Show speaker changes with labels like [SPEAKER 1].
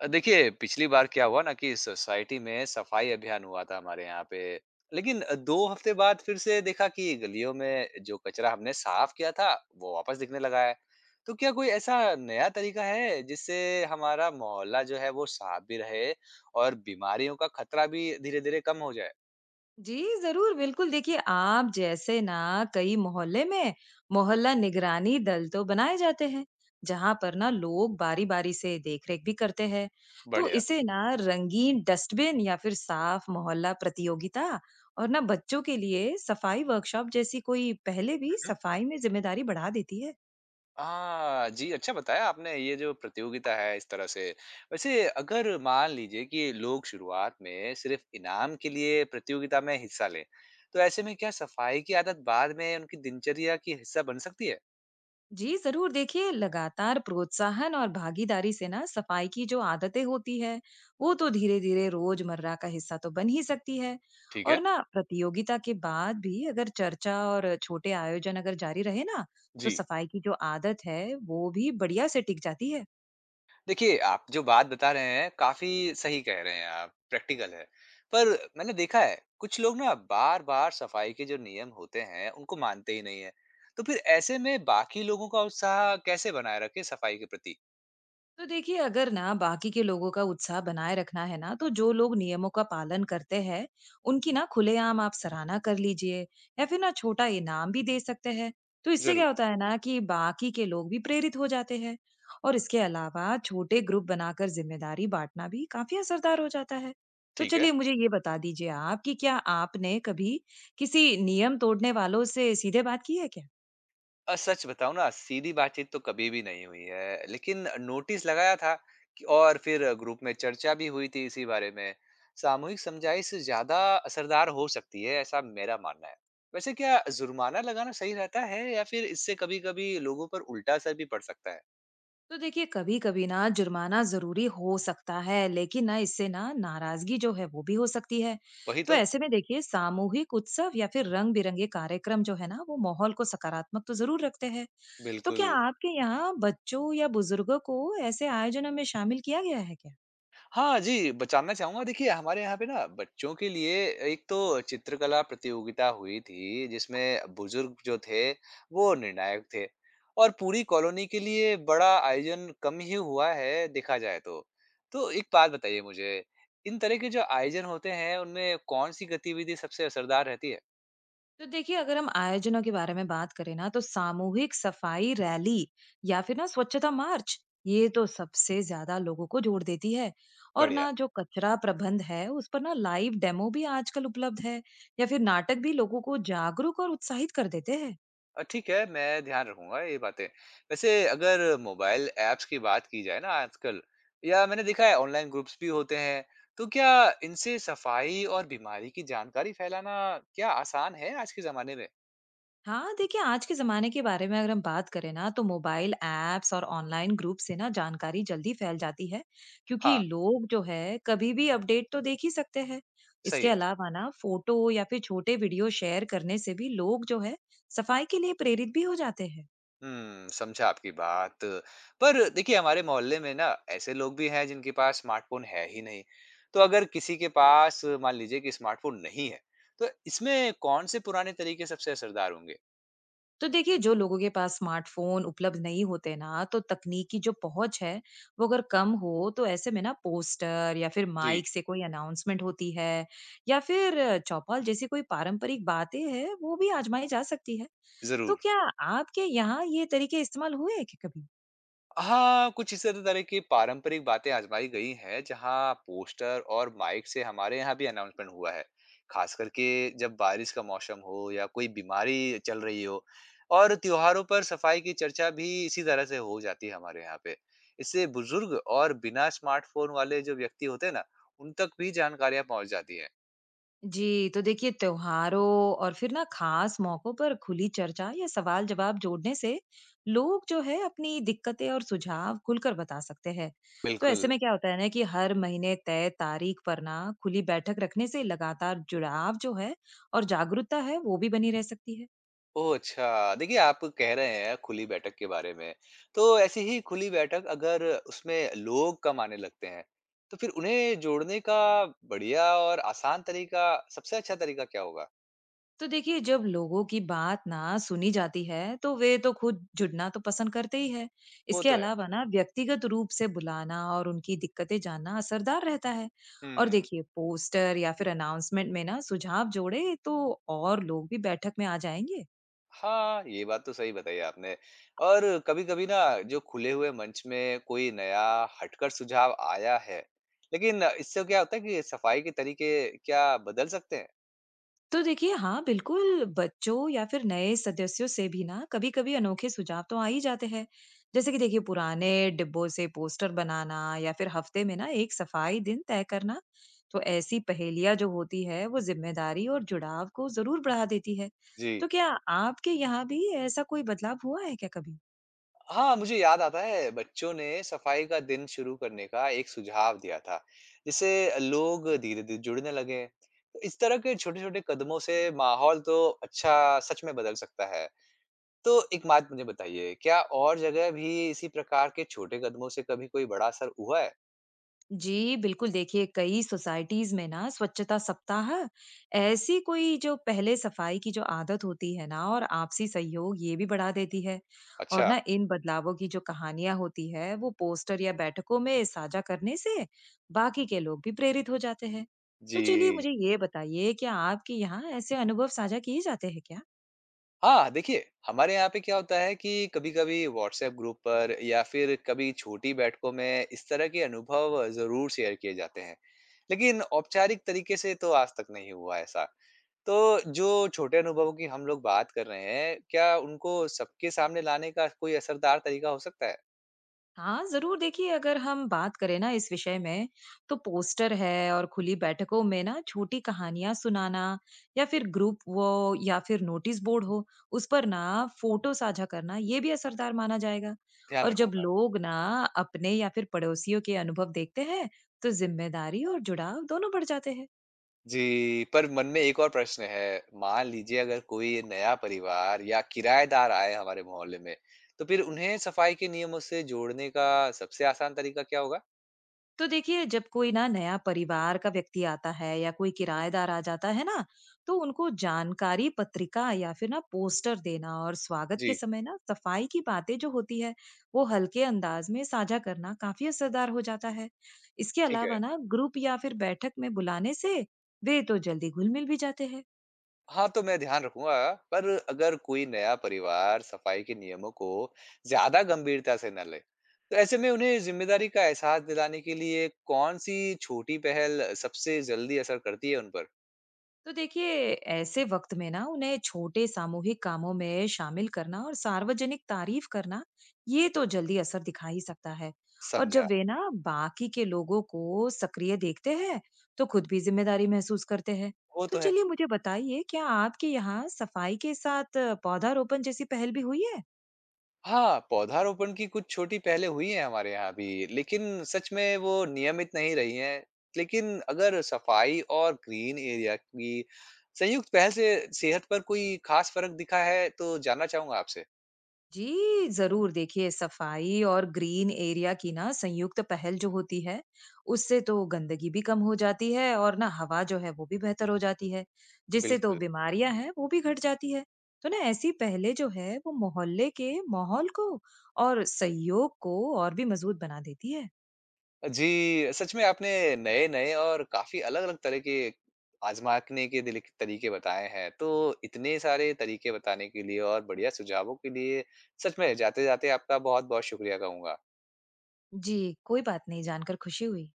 [SPEAKER 1] देखिए, पिछली बार क्या हुआ ना कि सोसाइटी में सफाई अभियान हुआ था हमारे यहाँ पे। लेकिन 2 हफ्ते बाद फिर से देखा कि गलियों में जो कचरा हमने साफ किया था, वो वापस दिखने लगा है। तो क्या कोई ऐसा नया तरीका है, जिससे हमारा मोहल्ला जो है वो साफ भी रहे और बीमारियों का खतरा भी धीरे-धीरे कम हो जाए?
[SPEAKER 2] जी, ज़रूर, बिल्कुल। देखिए, आप जैसे ना कई मोहल्ले में मोहल्ला निगरानी दल तो बनाए जाते हैं, जहाँ पर ना लोग बारी-बारी से देख-रेख भी करते हैं। तो
[SPEAKER 1] बढ़िया।
[SPEAKER 2] इसे ना रंगीन डस्टबिन या फिर साफ मोहल्ला प्रतियोगिता और ना बच्चों के लिए सफाई वर्कशॉप जैसी कोई पहले भी सफाई में ज़िम्मेदारी बढ़ा देती है।
[SPEAKER 1] हाँ जी, अच्छा बताया आपने ये जो प्रतियोगिता है इस तरह से। वैसे अगर मान लीजिए कि लोग शुरुआत में सिर्फ़ इनाम के लिए प्रतियोगिता में हिस्सा लें, तो ऐसे में क्या सफाई की आदत बाद में उनकी दिनचर्या की हिस्सा बन सकती है?
[SPEAKER 2] जी जरूर, देखिए लगातार प्रोत्साहन और भागीदारी से ना सफाई की जो आदतें होती है वो तो धीरे धीरे रोजमर्रा का हिस्सा तो बन ही सकती है।
[SPEAKER 1] ठीक है
[SPEAKER 2] और ना प्रतियोगिता के बाद भी अगर चर्चा और छोटे आयोजन अगर जारी रहे ना तो
[SPEAKER 1] जी।
[SPEAKER 2] सफाई की जो आदत है वो भी बढ़िया से टिक जाती है।
[SPEAKER 1] देखिए, आप जो बात बता रहे हैं, काफ़ी सही कह रहे हैं आप, प्रैक्टिकल है। पर मैंने देखा है, कुछ लोग ना बार-बार सफाई के जो नियम होते हैं, उनको मानते ही नहीं हैं। तो फिर ऐसे में बाकी लोगों का उत्साह कैसे बनाए रखें सफाई के प्रति?
[SPEAKER 2] तो देखिए अगर ना बाकी के लोगों का उत्साह बनाए रखना है ना तो जो लोग नियमों का पालन करते हैं उनकी ना खुलेआम आप सराहना कर लीजिए या फिर ना छोटा इनाम भी दे सकते हैं। तो इससे
[SPEAKER 1] ज़रूर।
[SPEAKER 2] क्या होता है ना कि बाकी के लोग भी प्रेरित हो जाते हैं। और इसके अलावा छोटे ग्रुप बनाकर जिम्मेदारी बांटना भी काफी असरदार हो जाता है। तो
[SPEAKER 1] ठीक है।
[SPEAKER 2] चलिए मुझे ये बता दीजिए आप कि क्या आपने कभी किसी नियम तोड़ने वालों से सीधे बात की है क्या?
[SPEAKER 1] और सच बताऊँ ना सीधी बातचीत तो कभी भी नहीं हुई है, लेकिन नोटिस लगाया था कि और फिर ग्रुप में चर्चा भी हुई थी इसी बारे में। सामूहिक समझाइश ज़्यादा असरदार हो सकती है, ऐसा मेरा मानना है। वैसे क्या जुर्माना लगाना सही रहता है या फिर इससे कभी-कभी लोगों पर उल्टा असर भी पड़ सकता है?
[SPEAKER 2] तो देखिए कभी कभी ना जुर्माना जरूरी हो सकता है, लेकिन ना इससे ना नाराजगी जो है वो भी हो सकती है।
[SPEAKER 1] वही
[SPEAKER 2] तो
[SPEAKER 1] तो।
[SPEAKER 2] ऐसे में देखिए सामूहिक उत्सव या फिर रंग बिरंगे कार्यक्रम जो है ना वो माहौल को सकारात्मक तो जरूर रखते हैं। तो क्या
[SPEAKER 1] बिल्कुल।
[SPEAKER 2] आपके यहाँ बच्चों या बुजुर्गों को ऐसे आयोजनों में शामिल किया गया है क्या?
[SPEAKER 1] हाँ जी, ब जानना चाहूँगा। देखिए हमारे यहाँ पे ना बच्चों के लिए एक तो चित्रकला प्रतियोगिता हुई थी, जिसमें बुज़ुर्ग जो थे वो निर्णायक थे और पूरी कॉलोनी के लिए बड़ा आयोजन कम ही हुआ है देखा जाए तो। तो एक बात बताइए मुझे, इन तरह के जो आयोजन होते हैं उनमें कौन-सी गतिविधि सबसे असरदार रहती है?
[SPEAKER 2] तो देखिए अगर हम आयोजनों के बारे में बात करें ना तो सामूहिक सफाई रैली या फिर ना स्वच्छता मार्च, ये तो सबसे ज्यादा लोगों को जोड़ देती है। और
[SPEAKER 1] बढ़िया।
[SPEAKER 2] ना जो कचरा प्रबंध है उस पर ना लाइव डेमो भी आजकल उपलब्ध है या फिर नाटक भी लोगों को जागरूक और उत्साहित कर देते हैं।
[SPEAKER 1] ठीक है, मैं ध्यान रखूँगा ये बातें। वैसे अगर मोबाइल ऐप्स की बात की जाए ना आजकल या मैंने देखा है ऑनलाइन ग्रुप्स भी होते हैं, तो क्या इनसे सफाई और बीमारी की जानकारी फैलाना क्या आसान है आज के ज़माने में?
[SPEAKER 2] हाँ, देखिए आज के ज़माने के बारे में अगर हम बात करें ना तो मोबाइल ऐप्स और ऑनलाइन ग्रुप से ना जानकारी जल्दी फैल जाती है, क्योंकि
[SPEAKER 1] हाँ,
[SPEAKER 2] लोग जो है कभी भी अपडेट तो देख ही सकते हैं।
[SPEAKER 1] सही
[SPEAKER 2] इसके
[SPEAKER 1] है।
[SPEAKER 2] अलावा ना फोटो या फिर छोटे वीडियो शेयर करने से भी लोग जो है सफाई के लिए प्रेरित भी हो जाते हैं।
[SPEAKER 1] हुँ, समझा आपकी बात। पर देखिए हमारे मोहल्ले में ना ऐसे लोग भी हैं जिनके पास स्मार्टफ़ोन है ही नहीं। तो अगर किसी के पास मान लीजिए कि स्मार्टफ़ोन नहीं है, तो इसमें कौन से पुराने तरीके सबसे असरदार होंगे?
[SPEAKER 2] तो देखिए जो लोगों के पास स्मार्टफोन उपलब्ध नहीं होते ना तो तकनीक की जो पहुंच है वो अगर कम हो तो ऐसे में ना पोस्टर या फिर
[SPEAKER 1] जी,
[SPEAKER 2] माइक से कोई अनाउंसमेंट होती है या फिर चौपाल जैसी कोई पारंपरिक बातें हैं वो भी आजमाई जा सकती है। तो
[SPEAKER 1] ज़रूर।
[SPEAKER 2] क्या आपके यहाँ ये तरीके इस्तेमाल हुए हैं क्या कभी?
[SPEAKER 1] हाँ, कुछ इसी तरह की पारंपरिक बातें आजमाई गई हैं, जहाँ पोस्टर और माइक से हमारे यहाँ भी अनाउंसमेंट हुआ है। खास करके जब बारिश का मौसम हो या कोई बीमारी चल रही हो और त्योहारों पर सफाई की चर्चा भी इसी तरह से हो जाती है हमारे यहाँ पे। इससे बुजुर्ग और बिना स्मार्टफ़ोन वाले जो व्यक्ति होते हैं ना, उन तक भी जानकारियाँ पहुँच जाती हैं।
[SPEAKER 2] जी, तो देखिए त्योहारों और फिर ना खास मौकों पर खुली चर्चा या सवाल जवाब जोड़ने से लोग जो है अपनी दिक्कतें और सुझाव खुलकर बता सकते हैं। तो
[SPEAKER 1] बिल्कुल।
[SPEAKER 2] ऐसे में क्या होता है ना कि हर महीने तय तारीख पर ना खुली बैठक रखने से लगातार जुड़ाव जो है और जागरूकता है वो भी बनी रह सकती है।
[SPEAKER 1] ओह! अच्छा। देखिए, आप कह रहे हैं खुली बैठक के बारे में। तो ऐसी ही खुली बैठक अगर उसमें लोग कम आने लगते हैं, तो फिर उन्हें जोड़ने का बढ़िया और आसान तरीका सबसे अच्छा तरीका क्या होगा?
[SPEAKER 2] तो देखिए जब लोगों की बात ना सुनी जाती है तो वे तो खुद जुड़ना तो पसंद करते ही है।
[SPEAKER 1] वो
[SPEAKER 2] इसके
[SPEAKER 1] तो है।
[SPEAKER 2] अलावा ना व्यक्तिगत रूप से बुलाना और उनकी दिक्कतें जानना असरदार रहता है। और
[SPEAKER 1] हुँ।
[SPEAKER 2] देखिए पोस्टर या फिर अनाउंसमेंट में ना सुझाव जोड़े तो और लोग भी बैठक में आ जाएंगे।
[SPEAKER 1] हाँ, ये बात तो सही बताई आपने। और कभी-कभी ना जो खुले हुए मंच में कोई नया हटकर सुझाव आया है, लेकिन इससे क्या होता है कि सफाई के तरीके क्या बदल सकते हैं?
[SPEAKER 2] तो देखिए हाँ बिल्कुल, बच्चों या फिर नए सदस्यों से भी ना कभी कभी अनोखे सुझाव तो आ ही जाते हैं, जैसे कि देखिए पुराने डिब्बों से पोस्टर बनाना या फिर हफ्ते में ना एक सफाई दिन तय करना। तो ऐसी पहेलियां जो होती है वो जिम्मेदारी और जुड़ाव को जरूर बढ़ा देती है।
[SPEAKER 1] जी।
[SPEAKER 2] तो क्या आपके यहाँ भी ऐसा कोई बदलाव हुआ है क्या कभी?
[SPEAKER 1] हाँ, मुझे याद आता है बच्चों ने सफाई का दिन शुरू करने का एक सुझाव दिया था, जिससे लोग धीरे-धीरे जुड़ने लगे। तो इस तरह के छोटे-छोटे कदमों से माहौल तो अच्छा सच में बदल सकता है। तो एक बात मुझे बताइए, क्या और जगह भी इसी प्रकार के छोटे कदमों से कभी कोई बड़ा असर हुआ है?
[SPEAKER 2] जी, बिल्कुल, देखिए कई सोसाइटीज़ में ना स्वच्छता सप्ताह ऐसी कोई जो पहले सफाई की जो आदत होती है ना और आपसी सहयोग ये भी बढ़ा देती है। और
[SPEAKER 1] अच्छा।
[SPEAKER 2] ना इन बदलावों की जो कहानियाँ होती है वो पोस्टर या बैठकों में साझा करने से बाकी के लोग भी प्रेरित हो जाते हैं। तो चलिए
[SPEAKER 1] जी।
[SPEAKER 2] मुझे ये बताइए क्या आपके यहाँ ऐसे अनुभव साझा किए जाते हैं क्या?
[SPEAKER 1] हाँ, देखिए, हमारे यहाँ पे क्या होता है कि कभी-कभी व्हाट्सएप ग्रुप पर या फिर कभी छोटी बैठकों में इस तरह के अनुभव ज़रूर शेयर किए जाते हैं। लेकिन औपचारिक तरीके से तो आज तक नहीं हुआ ऐसा। तो जो छोटे अनुभवों की हम लोग बात कर रहे हैं, क्या उनको सबके सामने लाने का कोई असरदार तरीका हो सकता है?
[SPEAKER 2] हाँ, ज़रूर, देखिए अगर हम बात करें ना इस विषय में, तो पोस्टर है और खुली बैठकों में ना छोटी कहानियाँ सुनाना या फिर ग्रुप वो या फिर नोटिस बोर्ड हो, उस पर ना फ़ोटो साझा करना ये भी असरदार माना जाएगा।
[SPEAKER 1] ध्यान
[SPEAKER 2] और जब
[SPEAKER 1] रखूँगा।
[SPEAKER 2] लोग ना अपने या फिर पड़ोसियों के अनुभव देखते हैं, तो ज़िम्मेदारी और जुड़ाव दोनों बढ़ जाते हैं।
[SPEAKER 1] जी, पर मन में एक और प्रश्न है, मान लीजिए अगर कोई नया परिवार या किराएदार आए हमारे मोहल्ले में, तो फिर उन्हें सफाई के नियमों से जोड़ने का सबसे आसान तरीका क्या होगा?
[SPEAKER 2] तो देखिए जब कोई ना नया परिवार का व्यक्ति आता है या कोई किराएदार आ जाता है ना तो उनको जानकारी पत्रिका या फिर ना पोस्टर देना और स्वागत के
[SPEAKER 1] जी,
[SPEAKER 2] समय ना सफाई की बातें जो होती है वो हल्के अंदाज में साझा करना काफी असरदार हो जाता है। इसके
[SPEAKER 1] ठीक है।
[SPEAKER 2] अलावा ना ग्रुप या फिर बैठक में बुलाने से वे तो जल्दी घुल मिल भी जाते हैं।
[SPEAKER 1] हाँ, तो मैं ध्यान रखूँगा, पर अगर कोई नया परिवार सफाई के नियमों को ज़्यादा गंभीरता से ना ले, तो ऐसे में उन्हें ज़िम्मेदारी का एहसास दिलाने के लिए कौन-सी छोटी पहल सबसे जल्दी असर करती है उन पर?
[SPEAKER 2] तो देखिए ऐसे वक्त में ना उन्हें छोटे सामूहिक कामों में शामिल करना और सार्वजनिक तारीफ करना ये तो जल्दी असर दिखा ही सकता है। और
[SPEAKER 1] समझा।
[SPEAKER 2] जब वे ना बाकी के लोगों को सक्रिय देखते हैं तो खुद भी जिम्मेदारी महसूस करते हैं।
[SPEAKER 1] वो
[SPEAKER 2] तो
[SPEAKER 1] तो है।
[SPEAKER 2] चलिए मुझे बताइए क्या आपके यहाँ सफाई के साथ पौधारोपण जैसी पहल भी हुई है?
[SPEAKER 1] हाँ, पौधारोपण की कुछ छोटी पहलें हुई हैं हमारे यहाँ भी, लेकिन सच में वो नियमित नहीं रही हैं। लेकिन अगर सफाई और ग्रीन एरिया की संयुक्त पहल से सेहत पर कोई खास फ़र्क दिखा है, तो जानना चाहूँगा आपसे?
[SPEAKER 2] जी, ज़रूर, देखिए सफाई और ग्रीन एरिया की ना संयुक्त पहल जो होती है, उससे तो गंदगी भी कम हो जाती है और ना हवा जो है वो भी बेहतर हो जाती है, जिससे तो
[SPEAKER 1] बिल्कुल।
[SPEAKER 2] बीमारियां हैं वो भी घट जाती है। तो ना ऐसी पहले जो है वो मोहल्ले के माहौल को और सहयोग को और भी मजबूत बना देती है।
[SPEAKER 1] जी, सच में आपने नए-नए और काफ़ी अलग-अलग तरह के आज़माने के दिल तरीके बताए हैं। तो इतने सारे तरीके बताने के लिए और बढ़िया सुझावों के लिए सच में जाते-जाते आपका बहुत-बहुत शुक्रिया कहूँगा।
[SPEAKER 2] जी, कोई बात नहीं, जानकर खुशी हुई।